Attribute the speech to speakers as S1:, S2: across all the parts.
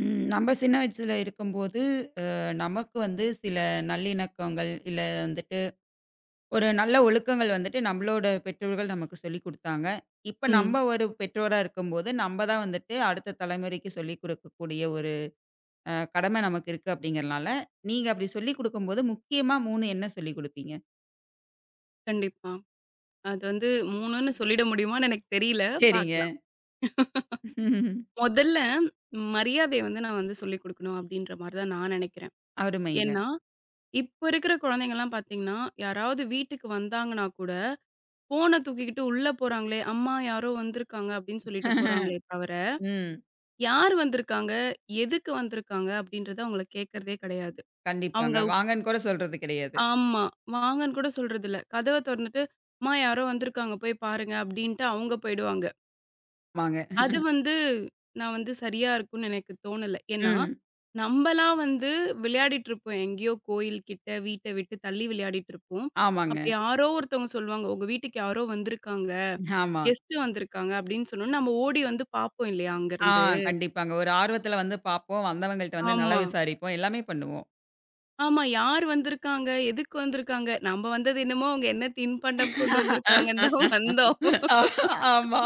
S1: ம். நம்ம சின்ன வயசுல இருக்கும்போது, அ நமக்கு வந்து சில நல்லிணக்கங்கள், இல்ல வந்துட்டு ஒரு நல்ல ஒழுக்கங்கள் வந்துட்டு நம்மளோட பெற்றோர்கள் நமக்கு சொல்லிக் குடுத்தாங்க. இப்ப
S2: ம்.
S1: நம்ம ஒரு பெற்றோரா இருக்கும்போது, நம்ம தான் வந்துட்டு அடுத்த தலைமுறைக்கு சொல்லிக் குடுக்கக்கூடிய ஒரு கடமை நமக்கு இருக்கு அப்படிங்கிறனால, நீங்க அப்படி சொல்லிக் குடுக்கும்போது முக்கியமா 3 என்ன சொல்லிக் குடுப்பீங்க?
S2: கண்டிப்பா. அது வந்து 3ன்னு சொல்லிட முடியுமான்னு எனக்கு தெரியல.
S1: சரிங்க.
S2: பார்க்கலாம்.
S1: ம்.
S2: முதல்ல மரியாதைய வந்து நான் வந்து சொல்லிக் குடுக்கணும் அப்டின்ற மாரி தான் நான் நெனைக்கிறேன்.
S1: அருமைங்க.
S2: ஏன்னா, இப்ப இருக்கிற குழந்தைங்கலாம் பார்த்தீங்கன்னா, யாராவது வீட்டுக்கு வந்தாங்கன்னா கூட, ஃபோன தூக்கிக்கிட்டு உள்ள போறாங்களே, "அம்மா யாரோ வந்திருக்காங்க" அப்டின்னு சொல்லிட்டு போறாங்களே தவிர,
S1: ம்.
S2: யார் வந்திருக்காங்க? எதுக்கு வந்திருக்காங்க? அப்டின்றத அவங்கள கேட்கறதே கிடையாது. அவங்க
S1: கண்டிப்பாங்க. வாங்கன்னு கூட சொல்றது கிடையாது.
S2: ஆமா. வாங்கன்னு கூட சொல்றதில்ல. கதவ தொறந்துட்டு, "அம்மா யாரோ வந்திருக்காங்க போய் பாருங்க" அப்டின்ட்டு அவங்க போயிடுவாங்க.
S1: ஆமாங்க.
S2: அது வந்து நான் வந்து சரியா இருக்கும்னு எனக்கு தோணல. ஏன்னா,
S1: ம்.
S2: நம்பலாம் வந்து விளையாடிட்டு இருப்போம். எங்கேயோ கோயில் கிட்ட, வீட்ட விட்டு தள்ளி விளையாடிட்டு இருப்போம்.
S1: ஆமாங்க.
S2: அப்ப யாரோ ஒருத்தவங்க சொல்லுவாங்க, "உங்க வீட்டுக்கு யாரோ வந்திருக்காங்க.
S1: ஆமா.
S2: கெஸ்ட் வந்திருக்காங்க" அப்படின்னு சொன்னோனே, நம்ம ஓடி வந்து பார்ப்போம் இல்லையா
S1: ஆ,
S2: அங்கருந்து.
S1: கண்டிப்பாங்க. ஒரு ஆர்வத்துல வந்து பார்ப்போம். வந்தவங்கள்ட்ட வந்து
S2: ஆமா,
S1: நலம் விசாரிப்போம். எல்லாமே பண்ணுவோம்.
S2: ஆமா. யார் வந்திருக்காங்க? எதுக்கு வந்திருக்காங்க? நம்ம வந்தது என்னமோ, அவங்க என்ன தின்பண்டம் கொண்டு வந்திருக்காங்கன்னு தான் வந்தோம்.
S1: ஆ. ஆமா.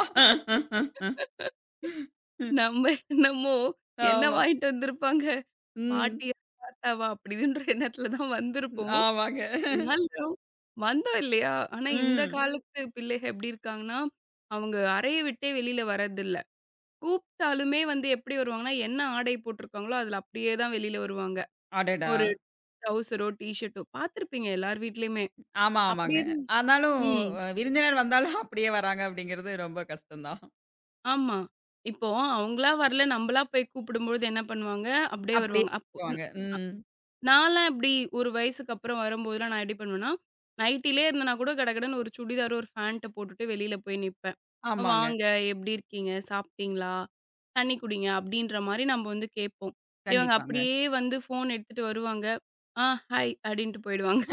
S2: நம்ம என்னமோ, என்ன
S1: ஆமா.
S2: வாங்கிட்டு வந்திருப்பாங்க?
S1: ம்.
S2: பாட்டியா? தாத்தாவா? அப்படி இப்படின்ற எண்ணத்துல தான் வந்திருப்போம்.
S1: ஆமாங்க.
S2: நல்ல வந்தோம் இல்லையா? ஆனா இந்த
S1: ம்.
S2: காலத்து பிள்ளைக எப்படி இருக்காங்கன்னா, அவங்க அறைய விட்டே வெளியில வரதில்ல. கூப்பிட்டாலுமே வந்து எப்படி வருவாங்கன்னா, என்ன ஆடை போட்டிருக்காங்களோ அதில அப்படியே தான் வெளியில வருவாங்க.
S1: அடடா!
S2: ஒரு ட்ரவுசரோ, டீஷர்ட்டோ பார்த்துருப்பீங்க எல்லார் வீட்லயுமே.
S1: ஆமா, ஆமாங்க.
S2: அப்படியே தான்.
S1: ஆனாலும்
S2: ம்.
S1: விருந்தினர் வந்தாலும் அப்படியே வராங்க அப்படிங்கிறது ரொம்ப கஷ்டம் தான்.
S2: ஆமா. இப்போ அவங்களா வரல நம்மளா போய் கூப்பிடும்பொழுது என்ன பண்ணுவாங்க, அப்படியே
S1: அப்படியே
S2: வருவாங்க. அப்போ
S1: வருவாங்க. ம்.
S2: நான்லாம் இப்டி ஒரு வயசுக்கு அப்புறம் வரும்போதெல்லாம் நான் எப்டி பண்ணுவேன்னா, நைட்டிலே இருந்தேன்னா கூட கடகடன்னு ஒரு சுடிதாரும், ஒரு ஃபேண்ட்ட போட்டுட்டு வெளில போய் நிப்பேன்.
S1: ஆமாங்க.
S2: "வாங்க, எப்டி இருக்கீங்க? சாப்ட்டீங்களா? தண்ணி குடிங்க" அப்டின்ற மாரி நம்ம வந்து கேட்போம். இவங்க
S1: கண்டிப்பாங்க.
S2: அப்டியே வந்து ஃபோன் எடுத்துட்டு வருவாங்க. "ஆ ஹாய்" அப்டின்ட்டு போயிடுவாங்க.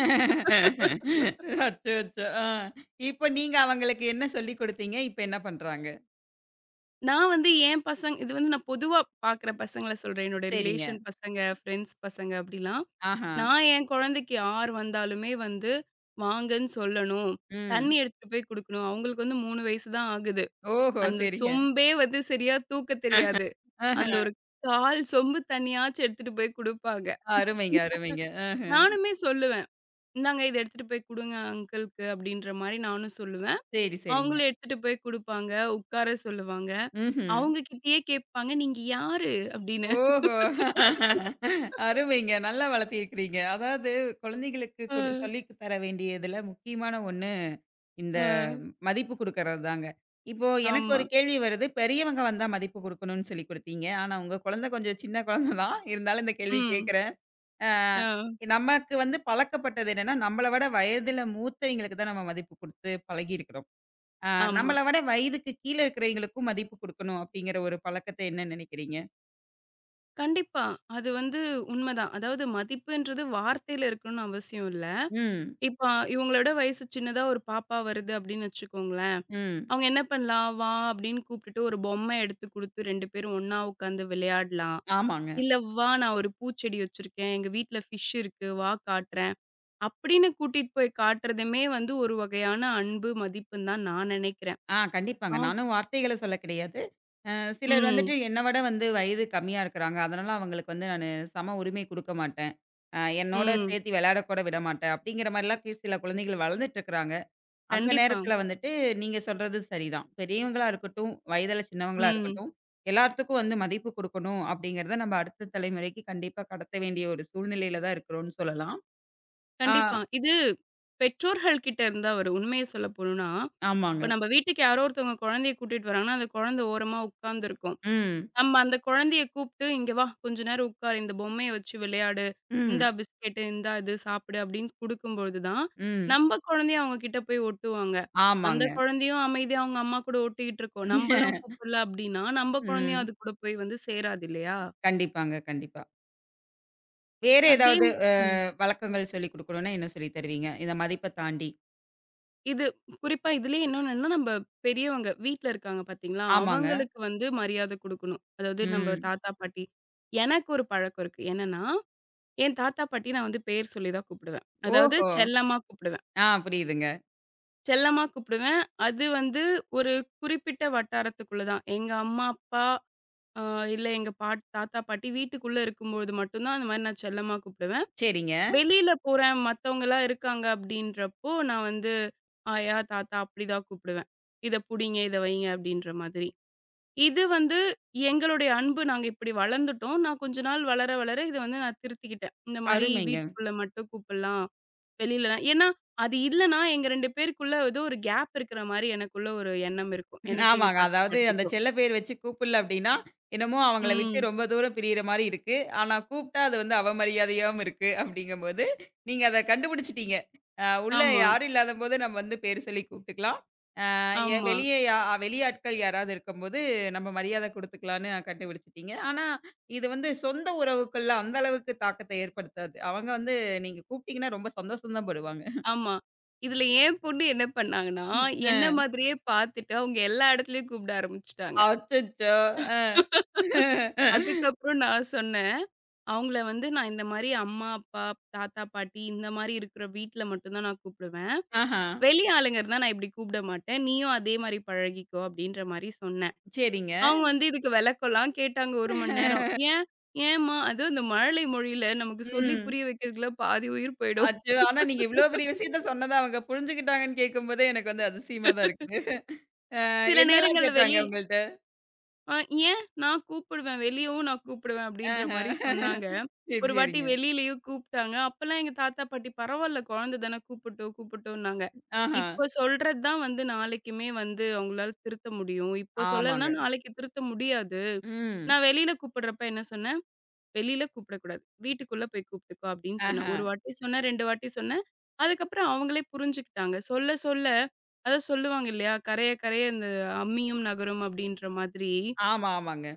S1: அச்சோ! அச்சோ! ஆ. இப்ப நீங்க அவங்களுக்கு என்ன சொல்லிக் குடுத்தீங்க? இப்ப என்ன பண்றாங்க?
S2: நான் வந்து என் பசங்க இது வந்து நான் பொதுவா பார்க்குற பசங்கள சொல்றேன். என்னோட
S1: சரிங்க.
S2: ரிலேஷன் பசங்க, ஃப்ரெண்ட்ஸ் பசங்க அப்படிலாம்.
S1: ஆஹா.
S2: நான் என் குழந்தைக்கு யார் வந்தாலுமே வந்து வாங்கன்னு சொல்லணும்.
S1: ம்.
S2: தண்ணி எடுத்துட்டு போய் குடுக்கணும். அவங்களுக்கு வந்து 3 வயசு தான் ஆகுது.
S1: ஓஹோ!
S2: அந்த
S1: சரிங்க. ஆஹ.
S2: சொம்பே வந்து சரியா தூக்கத் தெரியாது. அந்த ஒரு கால் சொம்பு தண்ணியாச்சும் எடுத்துட்டு போய் குடுப்பாங்க.
S1: அருமைங்க, அருமைங்க. ஆஹ.
S2: நானுமே சொல்லுவேன். "இந்தாங்க இத எடுத்துட்டு போய் குடுங்க அங்கிள்க்கு" அப்படின்ற மாரி நானும் சொல்லுவேன்.
S1: சரி, சரிங்க.
S2: அவங்களும் எடுத்துட்டு போய் குடுப்பாங்க. உட்கார சொல்லுவாங்க.
S1: ம்ஹ்ம்.
S2: அவங்க கிட்டயே கேட்பாங்க, "நீங்க யாரு?" அப்படின்னு.
S1: ஓஹோ! அருமைங்க. நல்லா வளர்த்திருக்கிறீங்க. அதாவது குழந்தைகளுக்கு
S2: அ.
S1: சொல்லி தர வேண்டியதுல முக்கியமான ஒண்ணு, இந்த
S2: அ
S1: மதிப்பு குடுக்கறது தாங்க. இப்போ எனக்கு
S2: ஆமா.
S1: ஒரு கேள்வி வருது. பெரியவங்க வந்தா மதிப்பு குடுக்கணும்னு சொல்லி குடுத்தீங்க. ஆனா உங்க குழந்தை கொஞ்சம் சின்ன குழந்தை தான். இருந்தாலும் இந்த கேள்வி
S2: ம்.
S1: கேட்கிறேன். ஆ,
S2: அ
S1: நமக்கு வந்து பழக்கப்பட்டது என்னன்னா, நம்மள விட வயதுல மூத்தவங்களுக்கு தான் நம்ம மதிப்பு குடுத்து பழகியிருக்கிறோம். அ
S2: ஆமா.
S1: நம்மள விட வயதுக்கு கீழ இருக்கிறவைங்களுக்கும் மதிப்பு குடுக்கணும் அப்படிங்கிற ஒரு பழக்கத்த என்ன நினைக்கிறீங்க?
S2: கண்டிப்பா. அது வந்து உண்மதான். அதாவது மதிப்புன்றது வார்த்தையில இருக்கணும்னு அவசியம் இல்ல.
S1: ம்,
S2: இப்ப இவங்களோட வயசு சின்னதா ஒரு பாப்பா வருது அப்படின்னு வச்சுக்கோங்களேன்.
S1: ம்.
S2: அவங்க என்ன பண்ணலாம்? "வா" அப்படின்னு கூப்பிட்டுட்டு ஒரு பொம்மை எடுத்து குடுத்து 2 பேரும் ஒண்ணா உட்காந்து விளையாடலாம்.
S1: ஆமாங்க.
S2: இல்ல, "வா நான் ஒரு பூச்செடி வச்சிருக்கேன். எங்க வீட்ல ஃபிஷ் இருக்கு. வா காட்டுறேன்." அப்படின்னு கூட்டிட்டு போய் காட்டுறதுமே வந்து ஒரு வகையான அன்பு, மதிப்புன்னு தான் நான் நினைக்கிறேன்.
S1: ஆ, கண்டிப்பாங்க. நானும் வார்த்தைகள சொல்ல கிடையாது. அ சிலர்
S2: ம்,
S1: வந்துட்டு என்ன விட வந்து வயது கம்மியா இருக்கிறாங்க. அதனால அவங்களுக்கு வந்து சம உரிமை குடுக்க மாட்டேன். என்னோட
S2: ம்.
S1: சேர்த்து விளையாட கூட விட மாட்டேன். அப்படிங்கிற மாரிலாம் சில குழந்தைகள் வளர்ந்துட்டு இருக்கிறாங்க. அந்த
S2: கண்டிப்பா.
S1: நேரத்துல வந்துட்டு நீங்க சொல்றது சரிதான். பெரியவங்களா இருக்கட்டும், வயதுல சின்னவங்களா
S2: ம்.
S1: இருக்கட்டும், எல்லாத்துக்கும் வந்து மதிப்பு குடுக்கணும் அப்படிங்கிறத நம்ம அடுத்த தலைமுறைக்கு கண்டிப்பா கடத்த வேண்டிய ஒரு சூழ்நிலையில தான் இருக்கிறோம்னு சொல்லலாம். ஆ.
S2: கண்டிப்பா. இது பெற்றோர்கள் கிட்ட இருந்தா வரும். உண்மைய சொல்ல போணும்னா,
S1: ஆமாங்க.
S2: இப்ப நம்ம வீட்டுக்கு யாரோ ஒருத்தவங்க குழந்தைய கூட்டிட்டு வராங்கன்னா, அந்த குழந்தை ஓரமா உட்கார்ந்துருக்கும்.
S1: ம்.
S2: நம்ம அந்த குழந்தைய கூப்ட்டு, "இங்க வா, கொஞ்ச நேரம் உட்காரு. இந்த பொம்மைய வச்சு விளையாடு.
S1: ம்.
S2: இந்தா பிஸ்கெட்டு, இந்தா இது சாப்பிடு" அப்படின்னு குடுக்கும்பொழுது தான்,
S1: ம்.
S2: நம்ம குழந்தைய அவங்க கிட்ட போய் ஒட்டுவாங்க. அந்த
S1: ஆமாங்க.
S2: குழந்தையும் அமைதியா அவங்க அம்மா கூட ஒட்டிக்கிட்டு இருக்கும். நம்பளும் கூப்பிடல அப்படின்னா, நம்ம குழந்தையும்
S1: ம்.
S2: அது கூட போய் வந்து சேராது இல்லையா?
S1: கண்டிப்பாங்க, கண்டிப்பா. வேற
S2: அதே
S1: ஏதாவது
S2: ம்.
S1: வழக்கங்கள் சொல்லிக் குடுக்கணும்னா என்ன சொல்லி தருவீங்க? இந்த மதிப்ப தாண்டி.
S2: இது குறிப்பா இதுலயே இன்னொன்னு என்னன்னா, நம்ப பெரியவங்க வீட்ல இருக்காங்க பார்த்தீங்களா?
S1: ஆமாங்க.
S2: அவங்களுக்கு வந்து மரியாதை குடுக்கணும். அதாவது நம்ப
S1: ம்.
S2: தாத்தா, பாட்டி. எனக்கு ஒரு பழக்கம் இருக்கு. என்னன்னா, என் தாத்தா, பாட்டி நான் வந்து பேர் சொல்லி தான் கூப்பிடுவேன். அதாவது
S1: ஓஹோ!
S2: செல்லமா கூப்பிடுவேன்.
S1: ஆ, புரியுதுங்க.
S2: செல்லமா கூப்பிடுவேன். அது வந்து ஒரு குறிப்பிட்ட வட்டாரத்துக்குள்ள தான். எங்க அம்மா, அப்பா, அ இல்ல எங்க பாட் தாத்தா, பாட்டி வீட்டுக்குள்ள இருக்கும்பொழுது மட்டும் தான் அந்த மாரி நான் செல்லமா கூப்பிடுவேன்.
S1: சரிங்க.
S2: வெளியில போறேன், மத்தவங்கலாம் இருக்காங்க அப்படின்றப்போ, நான் வந்து ஆயா, தாத்தா அப்படிதான் கூப்பிடுவேன். "இத புடிங்க, இத வைங்க" அப்படின்ற மாதிரி. இது வந்து எங்களுடைய அன்பு. நாங்க இப்படி வளர்ந்துட்டோம். நான் கொஞ்ச நாள் வளர, வளர இத வந்து நான் திருத்திக்கிட்டேன். இந்த மாரி
S1: அருமைங்க.
S2: வீட்டுக்குள்ள மட்டும் கூப்பிடலாம். வெளியிலலாம் ஏன்னா, அது இல்லன்னா எங்க 2 பேருக்குள்ள ஏதோ ஒரு கேப் இருக்கிற மாரி எனக்குள்ள ஒரு எண்ணம் இருக்கும். எனக்கு எங்க
S1: ஆமாங்க.
S2: தாத்தா,
S1: அதாவது அந்த
S2: பாட்டிக்கும்.
S1: செல்ல பேர் வச்சு கூப்பிடல அப்படின்னா, என்னமோ அவங்கள விட்டு
S2: ம்.
S1: ரொம்ப தூரம் பிரியிற மாரி இருக்கு. ஆனா கூப்பிட்டா அது வந்து அவமரியாதையாவும் இருக்கு அப்படிங்கும்போது, நீங்க அத கண்டுபிடிச்சுட்டீங்க. உள்ள
S2: ஆமா,
S1: யாரும் இல்லாதபோது நம்ம வந்து பேர் சொல்லி கூப்பிட்டுக்கலாம். அ எ
S2: ஆமா.
S1: வெளியே யா வெளியாட்கள் யாராவது இருக்கும்போது நம்ம மரியாதை குடுத்துக்கலான்னு கண்டுபிடிச்சுட்டீங்க. ஆனா இது வந்து சொந்த உறவுக்குள்ள அந்த அளவுக்கு தாக்கத்தை ஏற்படுத்தாது. அவங்க வந்து நீங்க கூப்பிட்டீங்கன்னா ரொம்ப சந்தோஷம் தான் படுவாங்க.
S2: ஆமா. இதுல என் பொண்ணு என்ன பண்ணாங்கன்னா, என்ன
S1: அ
S2: மாதிரியே பார்த்துட்டு அவங்க எல்லா இடத்துலயும் கூப்பிட ஆரம்பிச்சுட்டாங்க.
S1: அச்சச்சோ! அ.
S2: அதுக்கப்புறம் நான் சொன்னேன், "அவங்கள வந்து நான் இந்த மாரி அம்மா, அப்பா, தாத்தா, பாட்டி இந்த மாரி இருக்கிற வீட்ல மட்டும் தான் நான் கூப்பிடுவேன்.
S1: ஆஹா.
S2: வெளி ஆளுங்க இருந்தா நான் இப்படி கூப்பிட மாட்டேன். நீயும் அதே மாரி பழகிக்கோ" அப்படின்ற மாரி சொன்னேன்.
S1: சரிங்க.
S2: அவங்க வந்து இதுக்கு விளக்கம்லாம் கேட்டாங்க 1 மணி நேரம். "ஏன்? ஏம்மா?" அதுவும் இந்த மழலை மொழியில நமக்கு சொல்லி
S1: ம்.
S2: புரிய வைக்கிறதுக்குள்ள பாதி உயிர் போயிடும்.
S1: அச்சோ! ஆனா நீங்க இவ்ளோ பெரிய விஷயத்த சொன்னத அவங்க புரிஞ்சுக்கிட்டாங்கன்னு கேட்கும்போதே எனக்கு வந்து அதிசயமா தான் இருக்குது. அ
S2: சில
S1: என்னலாம்
S2: நேரங்கள்ல
S1: கேட்டாங்க
S2: வெளி
S1: உங்கள்ட்ட?
S2: ஆ ஏன்? நான் கூப்பிடுவேன். வெளியவும் நான் கூப்பிடுவேன் அப்படின்ற மாரி
S1: ஆஹ.
S2: சொன்னாங்க.
S1: சரி,
S2: ஒரு வாட்டி
S1: சரிங்க.
S2: வெளியிலயும் கூப்பிட்டாங்க. அப்பலாம் எங்க தாத்தா, பாட்டி பரவால்ல குழந்தை தானே கூப்பிட்டும், கூப்பிட்டும்னாங்க.
S1: ஆஹா.
S2: இப்ப சொல்றது தான் வந்து நாளைக்குமே வந்து அவங்களால திருத்த முடியும். இப்போ
S1: ஆமாங்க.
S2: சொல்லலனா நாளைக்கு திருத்த முடியாது.
S1: ம்.
S2: நான் வெளியில கூப்பிடுறப்ப என்ன சொன்னேன், "வெளியில கூப்பிடக்கூடாது. வீட்டுக்குள்ள போய் கூப்பிட்டுக்கோ" அப்படின்னு சொன்னேன்.
S1: ஆஹா.
S2: ஒரு வாட்டி சொன்னேன், 2 வாட்டி சொன்னேன். அதுக்கப்புறம் அவங்களே புரிஞ்சுக்கிட்டாங்க. சொல்ல சொல்ல அதான் சொல்லுவாங்க இல்லையா? "கரைய கரைய இந்த அம்மியும் நகரும்" அப்படின்ற மாதிரி.
S1: ஆமா, ஆமாங்க.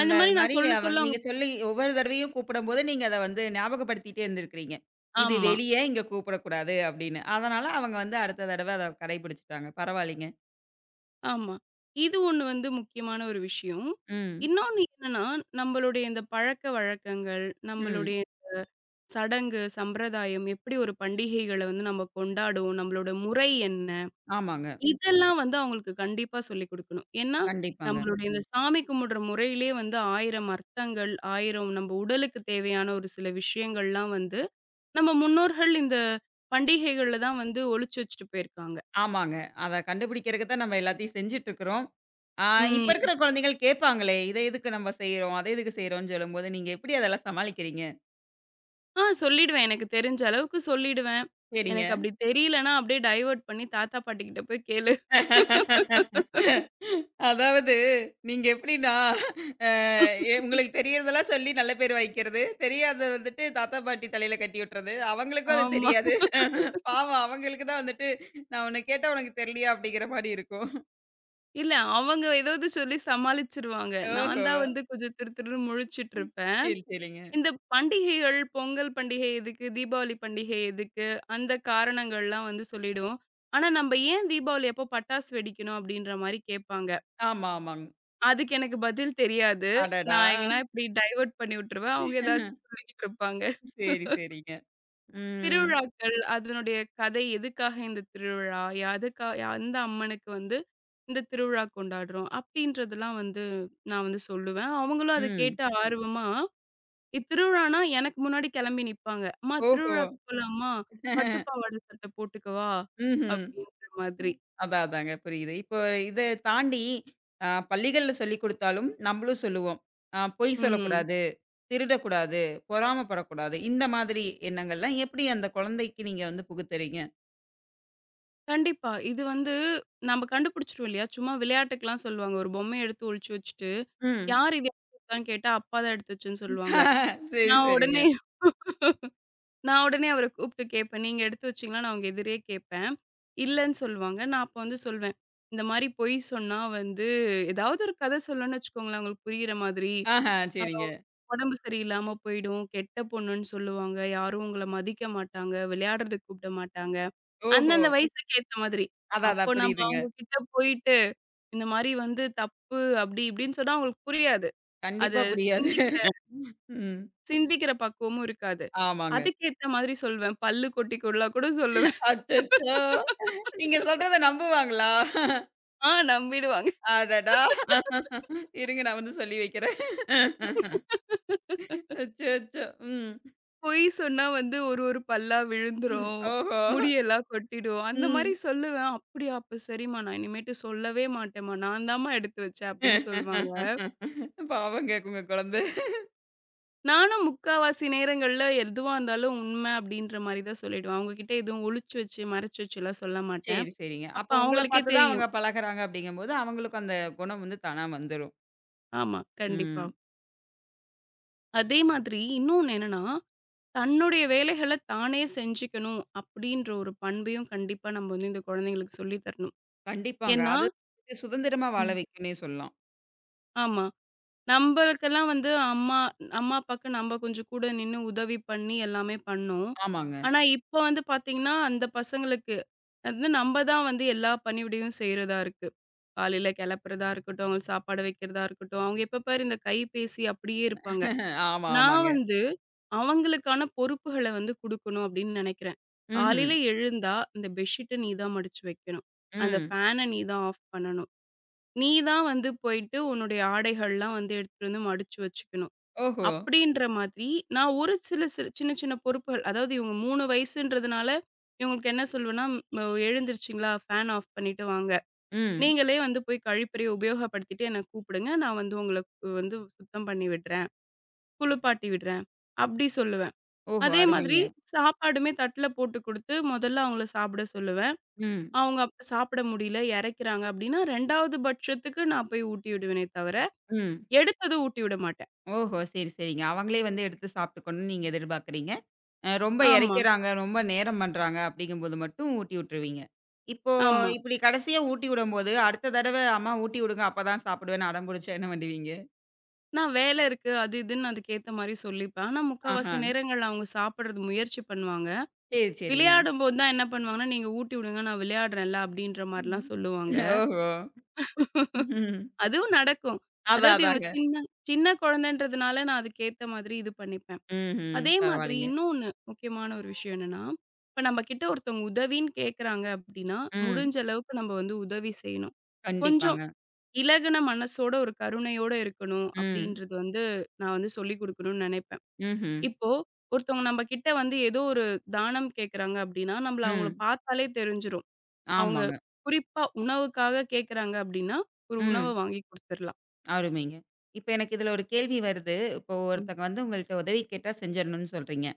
S2: அந்த மாரி நான்
S1: மாரி
S2: சொல்ல
S1: அவங்க
S2: சொல்ல அவங்க
S1: நீங்க சொல்லி ஒவ்வொரு தடவையும் கூப்பிடும்போது நீங்க அத வந்து ஞாபகப்படுத்திட்டே இருந்திருக்கிறீங்க. இது
S2: ஆமா,
S1: வெளிய இங்க கூப்பிடக்கூடாது அப்படின்னு. அதனால அவங்க வந்து அடுத்த தடவ அத கடைபிடிச்சுட்டாங்க. பரவாயில்லைங்க.
S2: ஆமா. இது ஒண்ணு வந்து முக்கியமான ஒரு விஷயம்.
S1: ம்.
S2: இன்னொன்னு என்னன்னா, நம்மளுடைய இந்த பழக்கவழக்கங்கள்,
S1: ம்.
S2: நம்மளுடைய சடங்கு, சம்பிரதாயம் எப்படி ஒரு பண்டிகைகள வந்து நம்ம கொண்டாடுவோம், நம்மளோட முறை என்ன?
S1: ஆமாங்க.
S2: இதெல்லாம் வந்து அவங்களுக்கு கண்டிப்பா சொல்லிக் குடுக்கணும். ஏன்னா,
S1: கண்டிப்பாங்க.
S2: நம்மளுடைய இந்த சாமி கும்பிடுற முறையிலேயே வந்து 1000 அர்த்தங்கள், 1000 நம்ம உடலுக்கு தேவையான ஒரு சில விஷயங்கள்லாம் வந்து, நம்ம முன்னோர்கள் இந்த பண்டிகைகள்ல தான் வந்து ஒளிச்சு வச்சுட்டு போயிருக்காங்க.
S1: ஆமாங்க. அத கண்டுபிடிக்கிறக்கு தான் நம்ம எல்லாத்தையும் செஞ்சுட்டுருக்குறோம். ஆ, இப்ப
S2: ம்.
S1: இருக்கிற குழந்தைகள் கேட்பாங்களே, இத எதுக்கு நம்ம செய்றோம்? அத எதுக்கு செய்றோம்ன்னு சொல்லும்போது, நீங்க எப்படி அதெல்லாம் சமாளிக்கிறீங்க?
S2: ஆ சொல்லிடுவேன். எனக்கு தெரிஞ்ச அளவுக்கு சொல்லிடுவேன்.
S1: சரிங்க.
S2: எனக்கு அப்படி தெரியலன்னா, அப்படியே டைவர்ட் பண்ணி தாத்தா, பாட்டிகிட்ட போய் கேளு.
S1: அதாவது நீங்க எப்படின்னா, அ உங்களுக்கு தெரியறதெல்லாம் சொல்லி நல்ல பேர் வாங்கிக்கிறது. தெரியாதத வந்துட்டு தாத்தா, பாட்டி தலையில கட்டி விட்டுறது. அவங்களுக்கும் அது
S2: ஆமா.
S1: தெரியாது. பாவம் அவங்களுக்கு தான் வந்துட்டு, "நான் உன்ன கேட்டா உனக்கு தெரியலையா?" அப்படிங்கிற மாரி இருக்கும்.
S2: இல்ல அவங்க ஏதாவது சொல்லி சமாளிச்சுருவாங்க. நான்
S1: ஓஹோ!
S2: தான் வந்து கொஞ்சம் திரு திருன்னு முழிச்சுட்டுருப்பேன்.
S1: சரி, சரிங்க.
S2: இந்த பண்டிகைகள், பொங்கல் பண்டிகை எதுக்கு? தீபாவளி பண்டிகை எதுக்கு? அந்த காரணங்கள்லாம் வந்து சொல்லிடுவோம். ஆனா, நம்ப ஏன் தீபாவளி அப்போ பட்டாசு வெடிக்கணும்? அப்படின்ற மாரி கேட்பாங்க.
S1: ஆமா, ஆமாங்க.
S2: அதுக்கு எனக்கு பதில் தெரியாது.
S1: அடடா!
S2: நான் எங்கன்னா இப்படி டைவர்ட் பண்ணி விட்டுருவேன். அவங்க ஏதாச்சும் சொல்லிக்கிட்டு இருப்பாங்க.
S1: சரி, சரிங்க. ம்.
S2: திருவிழாக்கள், அதனுடைய கதை எதுக்காக இந்த திருவிழா? எதுக்கா எந்த அம்மனுக்கு வந்து இந்த திருவிழா கொண்டாடுறோம்? அப்படின்றதெல்லாம் வந்து நான் வந்து சொல்லுவேன். அவங்களும் அத
S1: ம்.
S2: கேட்டு ஆர்வமா, இத்திருவிழான்னா எனக்கு முன்னாடி கிளம்பி நிப்பாங்க. "அம்மா
S1: ஓஹோ!
S2: திருவிழாக்கு போலாமா? பட்டு பாவாடை சட்டை போட்டுக்கவா?"
S1: ம்ஹ்ம்.
S2: அப்படின்ற மாதிரி.
S1: அதான் அதாங்க புரியுது. இப்போ இத தாண்டி பள்ளிகள்ல சொல்லிக் குடுத்தாலும் நம்மளும் சொல்லுவோம். பொய்
S2: ம்.
S1: சொல்லக்கூடாது, திருடக்கூடாது, பொறாமப்படக்கூடாது. இந்த மாதிரி எண்ணங்கள்லாம் எப்படி அந்த குழந்தைக்கு நீங்க வந்து புகுத்துறீங்க?
S2: கண்டிப்பா. இது வந்து நம்ம கண்டுபிடிச்சுருவோம் இல்லையா? சும்மா விளையாட்டுக்குலாம் சொல்லுவாங்க. ஒரு பொம்மைய எடுத்து ஒளிச்சு வச்சுட்டு,
S1: ம்.
S2: "யார் இது எடுத்து வச்சான்னு?" கேட்டா, "அப்பா தான் எடுத்து வச்சேன்னு" சொல்லுவாங்க.
S1: சரி,
S2: நான்
S1: சரிங்க.
S2: உடனே நான் உடனே அவர கூப்பிட்டு கேட்பேன். "நீங்க எடுத்து வச்சீங்களா?" நான் அவங்க எதிரே கேட்பேன். இல்லன்னு சொல்லுவாங்க. நான் அப்ப வந்து சொல்வேன். இந்த மாரி பொய் சொன்னா வந்து ஏதாவது ஒரு கதை சொல்லணும்னு வச்சுக்கோங்களேன், அவங்களுக்கு புரியிற மாதிரி.
S1: ஆஹா,
S2: அ
S1: சரிங்க.
S2: உடம்பு சரியில்லாம போயிடும், கெட்ட பொண்ணுன்னு சொல்லுவாங்க, யாரும் உங்கள மதிக்க மாட்டாங்க, விளையாடுறதுக்கு கூப்பிட மாட்டாங்க.
S1: ஓஹோ!
S2: அந்தந்த வயசுக்கு ஏத்த மாதிரி.
S1: அதான்
S2: அப்போ
S1: அதான்
S2: நம்ம
S1: புரியுதுங்க.
S2: அவங்க கிட்ட போயிட்டு, இந்த மாரி வந்து தப்பு, அப்படி இப்படின்னு சொன்னா அவங்களுக்கு புரியாது. அத
S1: கண்டிப்பா புரியாது.
S2: சிந்திக்கிற
S1: ம்.
S2: சிந்திக்கிற பக்குவமும் இருக்காது.
S1: ஆமாங்க.
S2: அதுக்கேத்த மாதிரி சொல்வேன். பல்லு கொட்டிக்கொள்ளா கூட சொல்லுவேன்.
S1: அச்சச்சோ! நீங்க சொல்றத நம்புவாங்களா?
S2: ஆ நம்பிடுவாங்க.
S1: அடடா! இருங்க நான் வந்து சொல்லி வைக்கிறேன். அச்சச்சோ! ம்.
S2: பொய் சொன்னா வந்து ஒரு ஒரு பல்லா
S1: ம்.
S2: விழுந்துரும்.
S1: ஓஹோ!
S2: முடியெல்லாம் கொட்டிடும். அந்த மாரி
S1: ம்.
S2: சொல்லுவேன். "அப்படியா? அப்ப சரிம்மா. நான் இனிமேட்டு சொல்லவே மாட்டேம்மா. நான் தாம்மா எடுத்து வச்சேன்" அப்படின்னு சொல்வாங்க.
S1: பாவங்க உங்க குழந்தை.
S2: நானும் முக்காவாசி நேரங்கள்ல எதுவா இருந்தாலும் உண்மை அப்படின்ற மாரி தான் சொல்லிடுவேன். அவங்க கிட்ட எதுவும் ஒளிச்சு வச்சு, மறைச்சு வச்சுலாம் சொல்ல மாட்டேன்.
S1: சரி, சரிங்க.
S2: அப்ப
S1: அப்ப உங்கள
S2: அவங்களுக்கே
S1: பார்த்து தான்
S2: தெரியும்.
S1: அவங்க பழகுறாங்க அப்படிங்கும்போது, அவங்களுக்கும் அந்த குணம் வந்து தானா வந்துரும்.
S2: ஆமா, கண்டிப்பா.
S1: ம்.
S2: அதே மாதிரி இன்னொன்னு என்னன்னா தன்னுடைய வேலைகள தானே செஞ்சுக்கணும் அப்படின்ற ஒரு பண்பையும் கண்டிப்பா நம்ம வந்து இந்த குழந்தைங்களுக்கு சொல்லி தரணும்.
S1: கண்டிப்பாங்க.
S2: ஏன்னா
S1: அது சுதந்திரமா வாழ
S2: ம்.
S1: வைக்கும்னே சொல்லலாம்.
S2: ஆமா. நம்பளுக்கெல்லாம் வந்து அம்மா அம்மா, அப்பாக்கு நம்ம கொஞ்சம் கூட நின்னு உதவி பண்ணி எல்லாமே பண்ணோம்.
S1: ஆமாங்க.
S2: ஆனா, இப்ப வந்து பாத்தீங்கன்னா, அந்த பசங்களுக்கு வந்து நம்ம தான் வந்து எல்லா பணிவிடையும் செய்றதா இருக்கு. காலையில கிளப்புறதா இருக்கட்டும், அவங்களுக்கு சாப்பாடு வைக்கிறதா இருக்கட்டும், அவங்க எப்ப பாரு இந்த கைபேசி அப்படியே இருப்பாங்க.
S1: ஆமா,
S2: நான்
S1: ஆமாங்க.
S2: வந்து அவங்களுக்கான பொறுப்புகள வந்து குடுக்கணும் அப்படின்னு நெனைக்கிறேன்.
S1: ம்ஹ்ம்.
S2: காலையில எழுந்தா, இந்த பெட்ஷீட்ட நீ தான் மடிச்சு வைக்கணும். அந்த
S1: ம்.
S2: ஃபேன நீ தான் ஆஃப் பண்ணணும். நீ தான் வந்து போயிட்டு உன்னுடைய ஆடைகள்லாம் வந்து எடுத்துட்டு வந்து மடிச்சு வச்சுக்கணும்.
S1: ஓஹோ!
S2: அப்படின்ற மாதிரி நான் ஒரு சில சில சின்ன சின்ன பொறுப்புகள் அதாவது இவங்க 3 வயசுன்றதுனால இவங்களுக்கு என்ன சொல்லுவேன்னா, "ம எழுந்திருச்சுங்களா? ஃபேன் ஆஃப் பண்ணிட்டு வாங்க.
S1: ம்.
S2: நீங்களே வந்து போய் கழிப்பறைய உபயோகப்படுத்திட்டு என்ன கூப்பிடுங்க. நான் வந்து உங்களுக்கு வந்து சுத்தம் பண்ணி விடுறேன். குளிப்பாட்டி விடுறேன்." அப்படி சொல்லுவேன்.
S1: ஓஹோ!
S2: அதே
S1: அருமைங்க.
S2: மாதிரி சாப்பாடுமே தட்டுல போட்டு குடுத்து, முதல்ல அவங்கள சாப்பிட சொல்லுவேன்.
S1: ம்.
S2: அவங்க அப்ப சாப்பிட முடியல, இரைக்கிறாங்க அப்படின்னா, 2வது பட்சத்துக்கு நான் போய் ஊட்டி விடுவேனே தவிர,
S1: ம்.
S2: எடுத்ததும் ஊட்டி விட மாட்டேன்.
S1: ஓஹோ! சரி, சரிங்க. அவங்களே வந்து எடுத்து சாப்பிட்டுக்கணும்னு நீங்க எதிர்பார்க்குறீங்க. ரொம்ப
S2: ஆமா,
S1: இறைக்கிறாங்க, ரொம்ப நேரம் பண்றாங்க அப்படிங்கும்போது மட்டும் ஊட்டி விட்டுருவீங்க. இப்போ
S2: ஆமா.
S1: இப்படி கடைசியா ஊட்டி விடும்போது, அடுத்த தடவ அம்மா ஊட்டி விடுங்க அப்பதான் சாப்பிடுவேன்னு அடம்புடிச்சா என்ன பண்ணுவீங்க?
S2: நான் வேலை இருக்கு, அது இதுன்னு அதுக்கேத்த மாரி சொல்லிப்பேன். ஆனா,
S1: ஆஹா.
S2: முக்காவாசி நேரங்கள்ல அவங்க சாப்பிடுறது முயற்சி பண்ணுவாங்க.
S1: சரி, சரிங்க.
S2: விளையாடும்போது தான் என்ன பண்ணுவாங்கன்னா, "நீங்க ஊட்டி விடுங்க, நான் விளையாடுறேன்ல" அப்படின்ற மாரிலாம்
S1: ம்.
S2: சொல்லுவாங்க.
S1: ஓஹோ! ம்.
S2: அதுவும் நடக்கும்.
S1: அதான்
S2: அதாவது இவங்க
S1: அதாங்க.
S2: சின்ன சின்ன குழந்தைன்றதுனால நான் அதுக்கேத்த மாதிரி இது பண்ணிப்பேன்.
S1: ம்ஹ்ம்.
S2: அதே மாதிரி
S1: பரவாயில்லைங்க.
S2: இன்னொன்னு முக்கியமான ஒரு விஷயம் என்னன்னா, இப்ப நம்ம கிட்ட ஒருத்தவங்க உதவின்னு கேட்கறாங்க அப்படின்னா,
S1: ம்.
S2: முடிஞ்ச அளவுக்கு நம்ம வந்து உதவி செய்யணும். கொஞ்சம்
S1: கண்டிப்பாங்க.
S2: இலகுன மனசோட, ஒரு கருணையோட இருக்கணும்
S1: ம்.
S2: அப்படின்றது வந்து நான் வந்து சொல்லிக் குடுக்கணும்னு நெனைப்பேன்.
S1: ம்ஹ்ம்.
S2: இப்போ ஒருத்தவங்க நம்ம கிட்ட வந்து ஏதோ ஒரு தானம் கேட்கறாங்க அப்படின்னா, நம்மள அவங்கள
S1: ம்.
S2: பார்த்தாலே தெரிஞ்சிரும். அவங்க
S1: ஆமாங்க.
S2: குறிப்பா உணவுக்காக கேட்கறாங்க அப்படின்னா, ஒரு உணவ
S1: ம்.
S2: வாங்கி குடுத்துரலாம்.
S1: அருமைங்க. இப்ப எனக்கு இதுல ஒரு கேள்வி வருது. இப்போ ஒருத்தங்க வந்து உங்கள்ட்ட உதவி கேட்டா செஞ்சிரணும்னு சொல்றீங்க.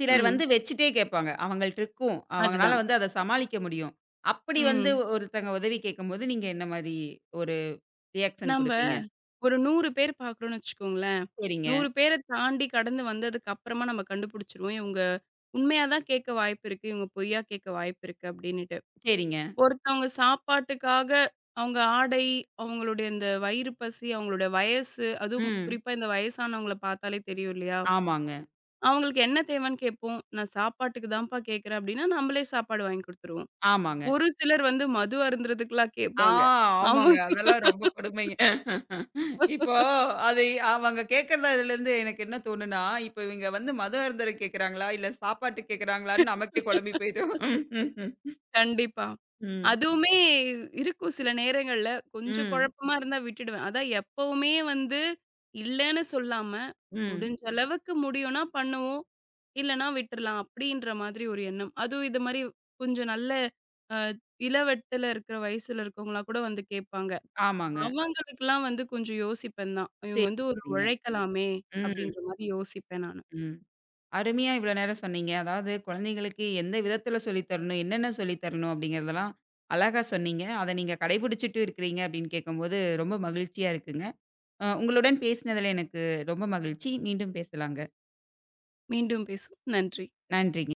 S1: சிலர்
S2: ம்.
S1: வந்து வச்சுட்டே கேட்பாங்க. அவங்கள்ட்ட இருக்கும். அவங்கனால
S2: அதுதான்.
S1: வந்து அத சமாளிக்க முடியும். அப்படி வந்து
S2: ம்.
S1: ஒருத்தங்க உதவி கேட்கும்போது, நீங்க என்ன மாரி ஒரு ரியாக்ஷன்
S2: நம்ப
S1: குடுப்பீங்க?
S2: ஒரு 100 பேர் பாக்குறோம்னு வச்சுக்கோங்களேன்.
S1: சரிங்க,
S2: 100 பேர தாண்டி கடந்து வந்ததுக்கு அப்புறமா நம்ம கண்டுபிடிச்சுருவோம். இவங்க உண்மையா தான் கேட்க வாய்ப்பு இருக்கு. இவங்க பொய்யா கேட்க வாய்ப்பு இருக்கு அப்டின்னுட்டு.
S1: சரிங்க.
S2: ஒருத்தவங்க சாப்பாட்டுக்காக அவங்க ஆடை, அவங்களுடைய இந்த வயிறு பசி, அவங்களுடைய வயசு, அதுவும்
S1: ம்.
S2: குறிப்பா இந்த வயசானவங்கள பார்த்தாலே தெரியும் இல்லையா?
S1: ஆமாங்க,
S2: அவங்களுக்கு என்ன தேவைன்னு கேட்போம். நான் சாப்பாட்டுக்கு தான்ப்பா கேட்கிறேன் அப்டின்னா, நம்மளே சாப்பாடு வாங்கி குடுத்துருவோம்.
S1: ஆமாங்க.
S2: ஒரு சிலர் வந்து மது அருந்துறதுக்குலாம்
S1: ஆ,
S2: கேட்பாங்க. அவங்க
S1: ஆமாங்க. அதெல்லாம் ரொம்ப கொடுமைங்க. இப்போ அது அவங்க கேட்கறதுலருந்து எனக்கு என்ன தோணும்னா, இப்போ இவங்க வந்து மது அருந்தர கேட்கறாங்களா? இல்ல சாப்பாட்டுக்கு கேட்கறாங்களான்னு நமக்கே குழம்பி போயிடும்.
S2: கண்டிப்பா.
S1: ம், ம்,
S2: அதுவுமே இருக்கும் சில நேரங்கள்ல. கொஞ்சம்
S1: ம்,
S2: குழப்பமா இருந்தா விட்டுடுவேன். அதான் எப்பவுமே வந்து இல்லன்னு சொல்லாம,
S1: ம்.
S2: முடிஞ்ச அளவுக்கு முடியும்னா பண்ணுவோம். இல்லன்னா விட்டுறலாம். அப்படின்ற மாதிரி ஒரு எண்ணம். அதுவும் இது மாரி கொஞ்சம் நல்ல அ இளவட்டல இருக்கிற வயசுல இருக்கவங்களா கூட வந்து கேட்பாங்க.
S1: ஆமாங்க.
S2: அவங்களுக்கெல்லாம் வந்து கொஞ்சம் யோசிப்பேன் தான். இவங்க
S1: சரி,
S2: வந்து ஒரு
S1: சரிங்க.
S2: உழைக்கலாமே!
S1: ம்,
S2: அப்படின்ற மாரி யோசிப்பேன் நானு.
S1: ம். அருமையா இவ்வளோ நேரம் சொன்னீங்க. அதாவது குழந்தைங்களுக்கு எந்த விதத்தில சொல்லி தரணும், என்னென்ன சொல்லி தரணும் அப்படிங்கிறதெல்லாம் அழகா சொன்னீங்க. அத நீங்க கடைபிடிச்சுட்டு இருக்கிறீங்க அப்படின்னு கேட்கும்போது ரொம்ப மகிழ்ச்சியா இருக்குங்க. உங்களுடன் பேசினதில எனக்கு ரொம்ப மகிழ்ச்சி. மீண்டும் பேசலாங்க.
S2: மீண்டும் பேசுவோம். நன்றி.
S1: நன்றிங்க.